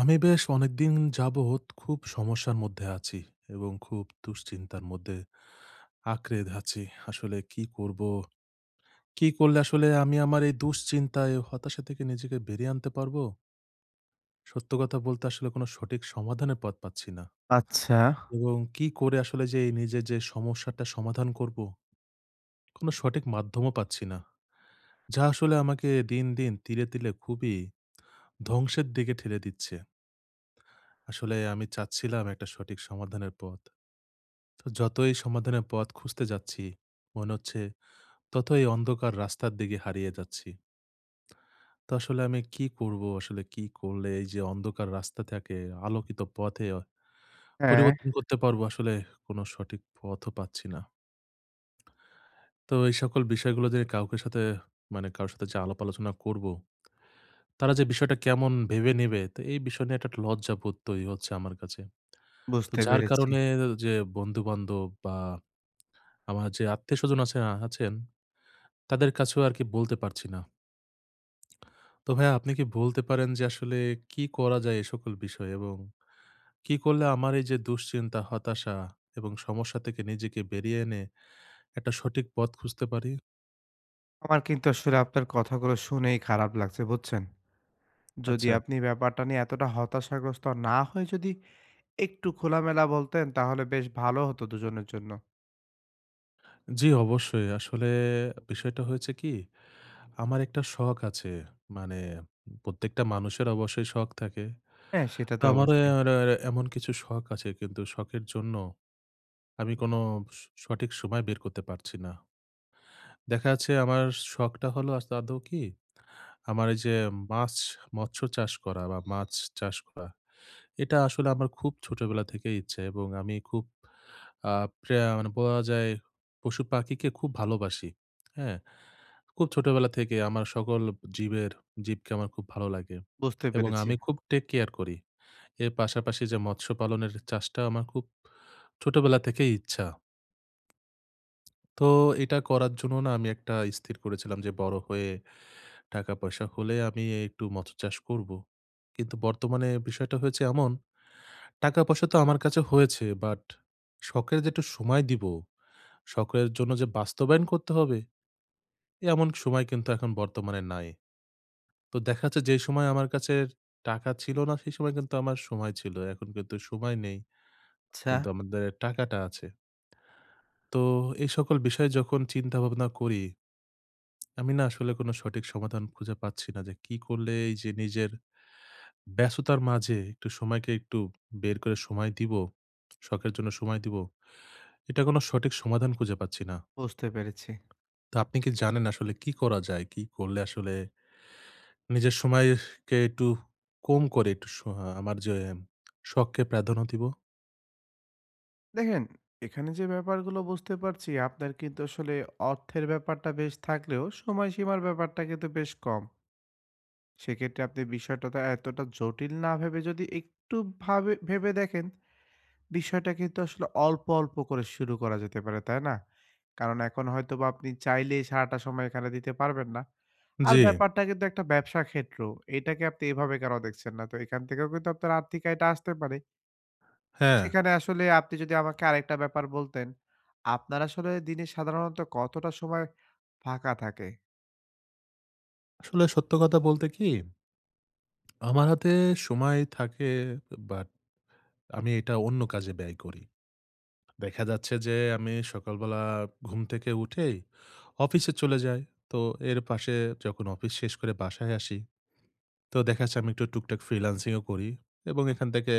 আমি বেশ অনেকদিন যাবৎ খুব সমস্যার মধ্যে আছি এবং খুব দুশ্চিন্তার মধ্যে আঁকড়ে আছি। আসলে কি করব? কি করলে আসলে আমি আমার এই দুশ্চিন্তা, এই হতাশা থেকে নিজেকে বেরিয়ে আনতে পারবো? সত্য কথা বলতে আসলে কোনো সঠিক সমাধানের পথ পাচ্ছি না। আচ্ছা, এবং কি করে আসলে যে এই নিজের যে সমস্যাটা সমাধান করব? কোনো সঠিক মাধ্যমও পাচ্ছি না। যা আসলে আমাকে দিন, দিন তিলে, তিলে খুবই ধ্বংসের দিকে ঠেলে দিচ্ছে। আসলে আমি চাচ্ছিলাম একটা সঠিক সমাধানের পথ। তো যতই সমাধানের পথ খুঁজতে যাচ্ছি, মনে হচ্ছে ততই অন্ধকার রাস্তার দিকে হারিয়ে যাচ্ছি। তো আসলে আমি কি করব? আসলে কি করলে এই যে অন্ধকার রাস্তা থেকে আলোকিত পথে হ্যাঁ, পরিবর্তন করতে পারবো? আসলে কোনো সঠিক পথও পাচ্ছি না। তো এই সকল বিষয়গুলো যে কাউকে সাথে মানে কারো সাথে যে আলাপ আলোচনা করব, তারা যে বিষয়টা কেমন ভেবে নেবে? তো এই বিষয় নিয়ে একটা লজ্জাবোধ তৈরি হচ্ছে আমার কাছে। তো বুঝতে যার পেরেছি। কারণে যে বন্ধু-বান্ধব বা আমার যে আত্মীয়স্বজন আছে আছেন তাদের কাছেও আরকি বলতে পারছি না। তো ভাইয়া, আপনি কি বলতে পারেন যে আসলে কি করা যায় এ সকল বিষয়ে? এবং কি করলে আমার এই যে দুশ্চিন্তা, হতাশা এবং সমস্যা থেকে নিজেকে বেরিয়ে এনে একটা সঠিক পথ খুঁজতে পারি? আমার কিন্তু আসলে আপনার কথাগুলো শুনেই খারাপ লাগছে, বুঝছেন? যদি আচ্ছা। আপনি ব্যাপারটা নিয়ে এতটা হতাশাগ্রস্ত না হয়ে যদি একটু খোলামেলা বলতেন, তাহলে বেশ ভালো হতো দুজনের জন্য। জি, অবশ্যই। আসলে বিষয়টা হয়েছে কি? আমার একটা শখ আছে। মানে প্রত্যেকটা মানুষের অবশ্যই শখ থাকে। হ্যাঁ, সেটা তো তো আমার অবশ্যই। আর আর এমন কিছু শখ আছে, কিন্তু শখের জন্য আমি কোনো সঠিক সময় বের করতে পারছি না। দেখা যাচ্ছে আমার শখটা হলো আদৌ কি আমার এই যে মাছ, মৎস্য চাষ করা বা মাছ চাষ করা। এটা আসলে আমার খুব ছোটবেলা থেকেই ইচ্ছে, এবং আমি খুব আ প্রা মানে বলা যায় পশু-পাখিকে খুব ভালোবাসি। হ্যাঁ? খুব ছোটবেলা থেকে আমার সকল জীবের জীবকে আমার খুব ভালো লাগে বুঝতে এবং পেরেছি। আমি খুব টেক কেয়ার করি। এর পাশাপাশি যে মৎস্য পালনের চাষটা আমার খুব ছোটবেলা থেকেই ইচ্ছা। তো এটা করার জন্য না আমি একটা স্থির করেছিলাম যে বড় হয়ে টাকা-পয়সা হলে আমি একটু মৎস্য চাষ করব। কিন্তু বর্তমানে বিষয়টা হয়েছে এমন, টাকা-পয়সা তো আমার কাছে হয়েছে, বাট শখের যে একটু সময় দিব, শখের জন্য যে বাস্তবায়ন করতে হবে, এমন সময় কিন্তু এখন বর্তমানে নাই। তো দেখা যাচ্ছে যেই সময় আমার কাছে টাকা ছিল না, সেই সময় কিন্তু আমার সময় ছিল। এখন কিন্তু সময় নেই, আচ্ছা, কিন্তু আমাদের টাকাটা আছে। তো এই সকল বিষয় যখন চিন্তা ভাবনা করি, আমি না আসলে কোনো সঠিক সমাধান খুঁজে পাচ্ছি না যে কি করলে এই যে নিজের ব্যস্ততার মাঝে একটু সময়কে একটু বের করে সময় দিব, শখের জন্য সময় দিব। এটা কোনো সঠিক সমাধান খুঁজে পাচ্ছি না। বুঝতে পেরেছি। তো আপনি কি জানেন আসলে কি করা যায়? কি করলে আসলে নিজের সময়কে একটু কম করে একটু আমার যে শখকে প্রাধান্য দিব? দেখেন, এখানে যে ব্যাপারগুলো বুঝতে পারছি, আপনার কিন্তু আসলে অর্থের ব্যাপারটা বেশ থাকলেও সময়সীমার ব্যাপারটা কিন্তু বেশ কম। সেক্ষেত্রে আপনি বিষয়টা তো এতটা জটিল না ভেবে যদি একটু ভাবে ভেবে দেখেন, বিষয়টা কিন্তু আসলে অল্প, অল্প করে শুরু করা যেতে পারে, তাই না? কারণ এখন হয়তোবা আপনি চাইলেই সারাটা সময় এখানে দিতে পারবেন না। আর জি, ব্যাপারটা কিন্তু একটা ব্যবসা ক্ষেত্র। এটাকে আপনি এভাবে কেন দেখছেন না? তো এখান থেকেও কিন্তু আপনার আর্থিক আয়টা আসতে পারে। হ্যাঁ। সেখানে আসলে আপনি যদি আমাকে আরেকটা ব্যাপার বলতেন, আপনার আসলে দিনে সাধারণত কতটা সময় ফাঁকা থাকে? আসলে সত্য কথা বলতে কি, আমার হাতে সময় থাকে, বাট আমি এটা অন্য কাজে ব্যয় করি। দেখা যাচ্ছে যে আমি সকালবেলা ঘুম থেকে উঠেই অফিসে চলে যাই। তো এর পাশে যখন অফিস শেষ করে বাসায় আসি, তো দেখা যাচ্ছে আমি একটু টুকটাক ফ্রিল্যান্সিংও করি এবং এখান থেকে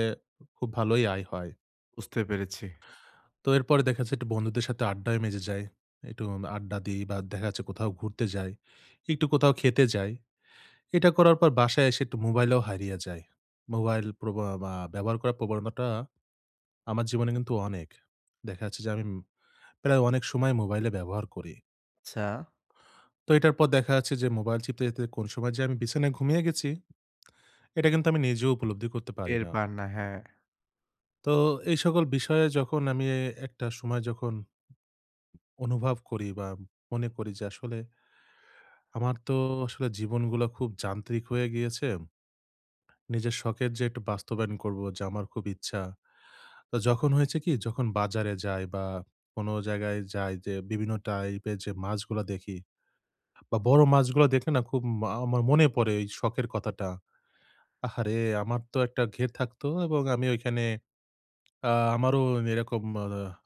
খুব ভালোই আয় হয়। বুঝতে পেরেছি। তো এরপরে দেখা যাচ্ছে একটু বন্ধুদের সাথে আড্ডায় মেজে যাই। একটু আড্ডা দিই বা দেখা যাচ্ছে কোথাও ঘুরতে যাই, একটু কোথাও খেতে যাই। এটা করার পর বাসায় এসে একটু মোবাইলেও হারিয়ে যাই। মোবাইল প্রবা বা ব্যবহার করার প্রবণতাটা আমার জীবনে কিন্তু অনেক। দেখা যাচ্ছে যে আমি প্রায় অনেক সময় মোবাইলে ব্যবহার করি। আচ্ছা। তো এটার পর দেখা যাচ্ছে যে মোবাইল চিপতে, চিপতে কোন সময় যে আমি বিছানায় ঘুমিয়ে গেছি, এটা কিন্তু আমি নিজেও উপলব্ধি করতে পারি টের না। পান না, হ্যাঁ, তো এই সকল বিষয়ে যখন আমি একটা সময় যখন অনুভব করি বা মনে করি যে আসলে আমার তো আসলে জীবনগুলা খুব যান্ত্রিক হয়ে গিয়েছে। নিজের শখের যে একটু বাস্তবায়ন করব, যে আমার খুব ইচ্ছা। তো যখন হয়েছে কি? যখন বাজারে যাই বা কোন জায়গায় যাই, যে বিভিন্ন টাইপের যে মাছগুলা দেখি বা বড় মাছগুলো দেখলে না খুব আমার মনে পড়ে এই শখের কথাটা। আহারে! আমার তো একটা ঘের থাকতো এবং আমি ওইখানে আ আমারও এরকম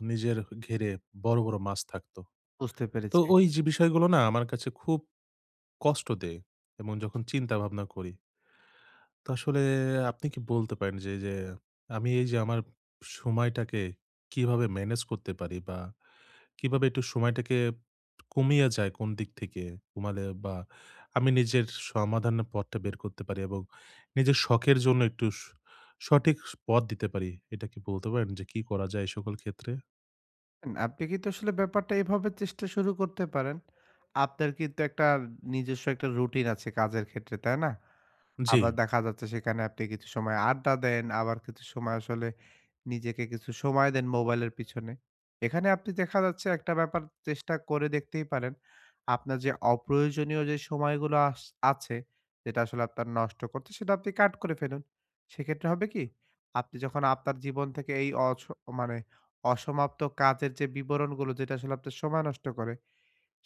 নিজের ঘেরে বড়, বড় মাছ থাকতো। বুঝতে তো পেরেছি। ওই যে বিষয়গুলো না আমার কাছে খুব কষ্ট দেয় এবং যখন চিন্তা ভাবনা করি। তো আসলে আপনি কি বলতে পারেন যে, যে আমি এই যে আমার সময়টাকে কিভাবে ম্যানেজ করতে পারি, বা কিভাবে একটু সময়টাকে কমিয়ে যায় কোন দিক থেকে কমালে বা আমি নিজের সমাধানের পথটা বের করতে পারি এবং নিজের শখের জন্য একটু সঠিক পথ দিতে পারি। এটা কি বলতে পারেন যে কি করা যায় এই সকল ক্ষেত্রে? দেখেন, আপনি কিন্তু আসলে ব্যাপারটা এভাবে চেষ্টা শুরু করতে পারেন। আপনার কিন্তু একটা নিজস্ব একটা রুটিন আছে কাজের ক্ষেত্রে, তাই না? জি, আবার দেখা যাচ্ছে সেখানে আপনি কিছু সময় আড্ডা দেন, আবার কিছু সময় আসলে নিজেকে কিছু সময় দেন মোবাইলের পিছনে। এখানে আপনি দেখা যাচ্ছে একটা ব্যাপার চেষ্টা করে দেখতেই পারেন। আপনার যে অপ্রয়োজনীয় যে সময়গুলো আছে, যেটা আসলে আপনার নষ্ট করছে সেটা আপনি কাট করে ফেলুন। সেক্ষেত্রে হবে কি? আপনি যখন আপনার জীবন থেকে এই মানে অসমাপ্ত কাজের যে বিবরণগুলো যেটা আসলে আপনার সময় নষ্ট করে,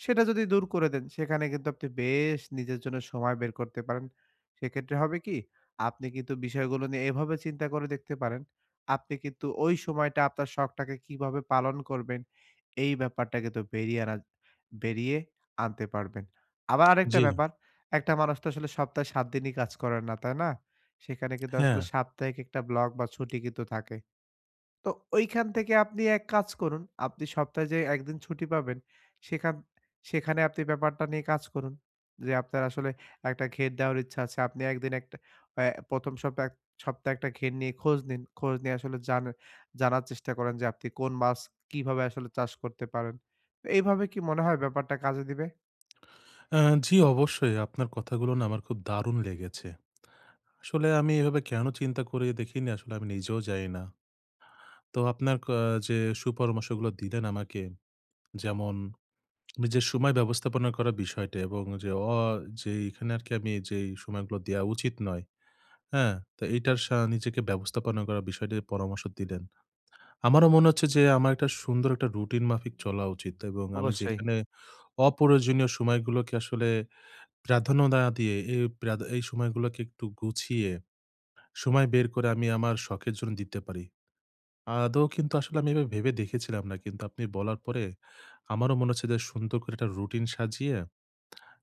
সেটা যদি দূর করে দেন, সেখানে কিন্তু আপনি বেশ নিজের জন্য সময় বের করতে পারেন। সেক্ষেত্রে হবে কি? আপনি কিন্তু বিষয়গুলো নিয়ে এভাবে চিন্তা করে দেখতে পারেন। আপনি কিন্তু ওই সময়টা আপনার শখটাকে কিভাবে পালন করবেন, এই ব্যাপারটা কিন্তু বেরিয়ে আনতে পারবেন। আবার আরেকটা জি, ব্যাপার, একটা মানুষ তো আসলে সপ্তাহে ৭ দিনই কাজ করেন না, তাই না? সেখানে কিন্তু হ্যাঁ। আসলে সাপ্তাহিক একটা ব্লক বা ছুটি কিন্তু থাকে। তো ওইখান থেকে আপনি এক কাজ করুন। আপনি সপ্তাহে যে একদিন ছুটি পাবেন, সেখান সেখানে আপনি ব্যাপারটা নিয়ে কাজ করুন। যে আপনার আসলে একটা ঘের দেওয়ার ইচ্ছা আছে। আপনি একদিন একটা অ্যা ১ম সপ্তাহ সপ্তাহে একটা ঘের নিয়ে খোঁজ নিন। খোঁজ নিয়ে আসলে জানার চেষ্টা করেন যে আপনি কোন মাছ কিভাবে আসলে চাষ করতে পারেন। তো এইভাবে কি মনে হয় ব্যাপারটা কাজে দিবে? আ জি, অবশ্যই, আপনার কথাগুলো না আমার খুব দারুণ লেগেছে। আসলে আমি এভাবে কেন চিন্তা করে দেখিনি আসলে আমি নিজেও জানি না। তো আপনার যে সুপরামর্শগুলো দিলেন আমাকে, যেমন নিজের সময় ব্যবস্থাপনা করার বিষয়টা এবং যে যে এখানে আরকি আমি যেই সময়গুলো দেয়া উচিত নয়, হ্যাঁ? তো এইটার নিজেকে ব্যবস্থাপনা করার বিষয়টি পরামর্শ দিলেন। আমারও মনে হচ্ছে যে আমার একটা সুন্দর একটা রুটিন মাফিক চলা উচিত এবং আমি অবশ্যই, যেখানে অপ্রয়োজনীয় সময়গুলোকে আসলে প্রাধান্য না দিয়ে এই এই সময়গুলোকে একটু গুছিয়ে সময় বের করে আমি আমার শখের জন্য দিতে পারি। আদৌ কিন্তু আসলে আমি এভাবে ভেবে দেখেছিলাম না। কিন্তু আপনি বলার পরে আমারও মনে হচ্ছে যে সুন্দর করে একটা রুটিন সাজিয়ে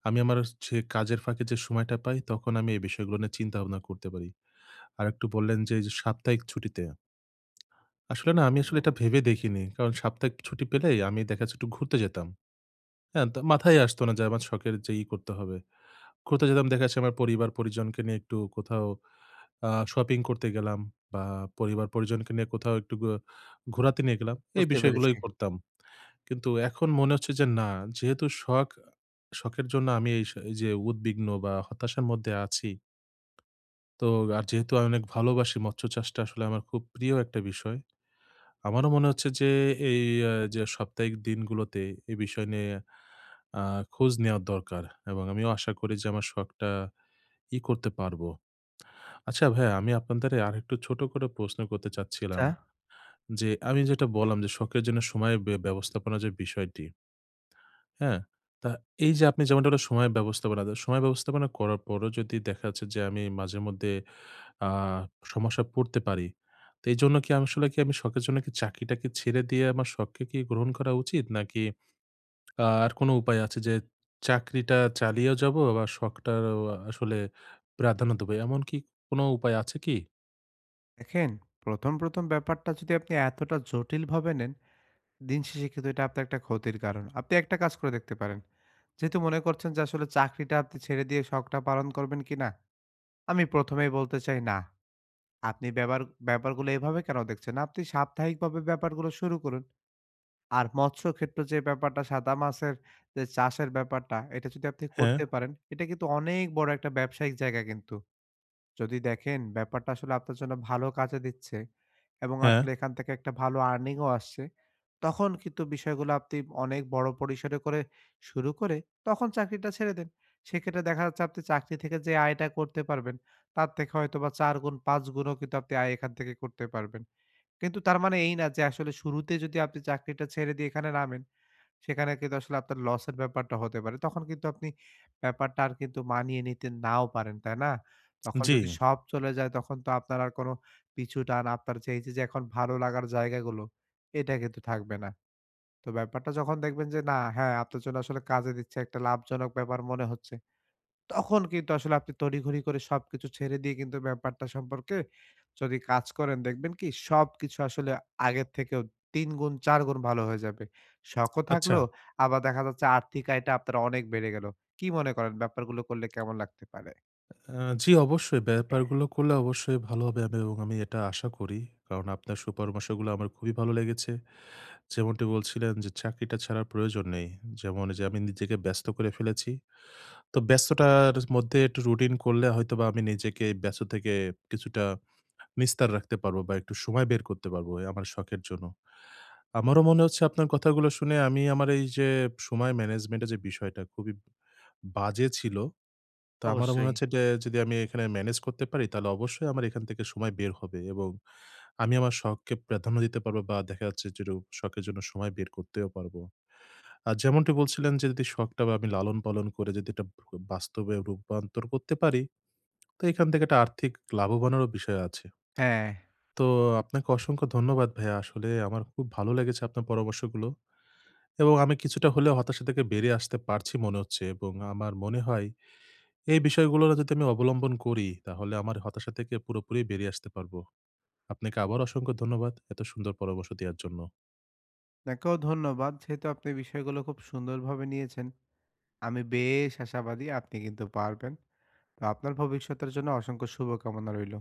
আমি আমার যে কাজের ফাঁকে যে সময়টা পাই তখন আমি এই বিষয়গুলো নিয়ে চিন্তাভাবনা করতে পারি। আরেকটু বললেন যে এইযে সাপ্তাহিক ছুটিতে। আসলে না আমি আসলে এটা ভেবে দেখিনি। কারণ সাপ্তাহিক ছুটি পেলেই আমি দেখা যাচ্ছে একটু ঘুরতে যেতাম। হ্যাঁ, তো মাথায় আসতো না যে আমার শখের যে করতে হবে। ঘুরতে যেতাম দেখা যাচ্ছে আমার পরিবার-পরিজনকে নিয়ে একটু কোথাও আ শপিং করতে গেলাম, বা পরিবার-পরিজনকে নিয়ে কোথাও একটু ঘোরাতে নিয়ে গেলাম। এই বুঝতে পেরেছি। বিষয়গুলোই করতাম। কিন্তু এখন মনে হচ্ছে যে না, যেহেতু শখ, শখের জন্য আমি এই এইযে উদ্বিগ্ন বা হতাশার মধ্যে আছি। তো আর যেহেতু আমি অনেক ভালোবাসি, মৎস্য চাষটা আসলে আমার খুব প্রিয় একটা বিষয়। আমারও মনে হচ্ছে যে এই যে সাপ্তাহিক দিনগুলোতে এই বিষয় নিয়ে আ খোঁজ নেওয়া দরকার এবং আমিও আশা করি যে আমার শখটা করতে পারবো। আচ্ছা ভাইয়া, আমি আপনার দ্বারা আরেকটু ছোট করে প্রশ্ন করতে আচ্ছা। চাচ্ছিলাম। যে আমি যেটা বললাম যে শখের জন্য সময় ব্যবস্থাপনা যে বিষয়টি, হ্যাঁ? তা এই যে আপনি যেমনটা বললেন সময় ব্যবস্থাপনা, তো সময় ব্যবস্থাপনা করার পরও যদি দেখা যাচ্ছে যে আমি মাঝেমধ্যে আ সমস্যায় পড়তে পারি, তো এইজন্য কি আমি আসলে কি আমি শখের জন্য কি চাকরিটাকে ছেড়ে দিয়ে আমার শখকে কি গ্রহণ করা উচিত? নাকি আর কোনো উপায় আছে যে চাকরিটা চালিয়েও যাবো আবার শখটারও আসলে প্রাধান্য দেবো, এমন কি কোনো উপায় আছে কি? দেখেন, ১ম ব্যাপারটা যদি আপনি এতটা জটিলভাবে নেন, দিন শেষে কিন্তু এটা আপনার একটা ক্ষতির কারণ। আপনি একটা কাজ করে দেখতে পারেন। যেহেতু মনে করছেন যে আসলে চাকরিটা আপনি ছেড়ে দিয়ে শখটা পালন করবেন কিনা? আমি ১ম এই বলতে চাই না। আপনি ব্যাপারগুলো এভাবে কেন দেখছেন? আপনি সাপ্তাহিকভাবে ব্যাপারগুলো শুরু করুন। আর মৎস্য ক্ষেত্র যে ব্যাপারটা সাদা মাছের যে চাষের ব্যাপারটা, এটা যদি আপনি হ্যাঁ, করতে পারেন, এটা কিন্তু অনেক বড় একটা ব্যবসায়িক জায়গা কিন্তু। যদি দেখেন ব্যাপারটা আসলে আপনার জন্য ভালো কাজে দিচ্ছে এবং হ্যাঁ, আসলে এখান থেকে একটা ভালো আর্নিং ও আসছে, তখন কিন্তু বিষয়গুলো আপনি অনেক বড় পরিসরে করে শুরু করে তখন চাকরিটা ছেড়ে দেন। সেক্ষেত্রে দেখা যাচ্ছে আপনি চাকরি থেকে যে আয়টা করতে পারবেন, তার থেকে হয়তোবা ৪ গুণ ৫ গুণও কিন্তু আপনি আয় এখান থেকে করতে পারবেন। কিন্তু তার মানে এই না যে আসলে শুরুতে যদি আপনি চাকরিটা ছেড়ে দিয়ে এখানে নামেন, সেখানে কিন্তু আসলে আপনার লসের ব্যাপারটা হতে পারে। তখন কিন্তু আপনি ব্যাপারটা আর কিন্তু মানিয়ে নিতে নাও পারেন, তাই না? তখন জি, যদি সব চলে যায় তখন তো আপনার আর কোনো পিছুটান, আপনার যে এই যে, যে এখন ভালো লাগার জায়গাগুলো, এটা কিন্তু থাকবে না। তো ব্যাপারটা যখন দেখবেন যে না, হ্যাঁ, আপনার জন্য আসলে কাজে দিচ্ছে, একটা লাভজনক ব্যাপার মনে হচ্ছে, তখন কিন্তু আসলে আপনি তড়িঘড়ি করে সবকিছু ছেড়ে দিয়ে কিন্তু ব্যাপারটা সম্পর্কে যদি কাজ করেন দেখবেন কি সবকিছু আসলে আগের থেকেও ৩ গুণ ৪ গুণ ভালো হয়ে যাবে। শখও আচ্ছা। থাকলো, আবার দেখা যাচ্ছে আর্থিক আয়টা আপনার অনেক বেড়ে গেল। কি মনে করেন ব্যাপারগুলো করলে কেমন লাগতে পারে? জি, অবশ্যই। ব্যাপারগুলো করলে অবশ্যই ভালো হবে আমি, এবং আমি এটা আশা করি। কারণ আপনার সুপরামর্শগুলো আমার খুবই ভালো লেগেছে। যেমনটি বলছিলেন যে, চাকরিটা ছাড়ার প্রয়োজন নেই। যেমন এইযে আমি নিজেকে ব্যস্ত করে ফেলেছি। তো ব্যস্ততার মধ্যে একটু রুটিন করলে হয়তোবা আমি নিজেকে এই ব্যস্ত থেকে কিছুটা নিস্তার রাখতে পারবো বা একটু সময় বের করতে পারবো এ আমার শখের জন্য। আমারও মনে হচ্ছে আপনার কথাগুলো শুনে আমি আমার এইযে সময় ম্যানেজমেন্টের যে বিষয়টা খুবই বাজে ছিল, তো আমারও মনে অবশ্যই। হচ্ছে যে যদি আমি এখানে ম্যানেজ করতে পারি তাহলে অবশ্যই আমার এখান থেকে সময় বের হবে এবং আমি আমার শখকে প্রাধান্য দিতে পারবো বা দেখা যাচ্ছে যে একটু শখের জন্য সময় বের করতেও পারবো। আর যেমনটি বলছিলেন যে যদি শখটা আমি লালন পালন করে যদি এটা বাস্তবে রূপান্তর করতে পারি, তো এখান থেকে একটা আর্থিক লাভবানেরও বিষয় আছে। হ্যাঁ, তো আপনাকে অসংখ্য ধন্যবাদ ভাইয়া। আসলে আমার খুব ভালো লেগেছে আপনার পরামর্শগুলো এবং আমি কিছুটা হলেও হতাশা থেকে বেরিয়ে আসতে পারছি মনে হচ্ছে, এবং আমার মনে হয় এই বিষয়গুলো যদি আমি অবলম্বন করি, তাহলে আমার হতাশা থেকে পুরোপুরি বেরিয়ে আসতে পারবো। আপনাকে আবারও অসংখ্য ধন্যবাদ এত সুন্দর পরামর্শ দেওয়ার জন্য। আপনাকেও ধন্যবাদ। যেহেতু আপনি বিষয়গুলো খুব সুন্দরভাবে নিয়েছেন, আমি বেশ আশাবাদী আপনি কিন্তু পারবেন। তো আপনার ভবিষ্যতের জন্য অসংখ্য শুভকামনা রইলো।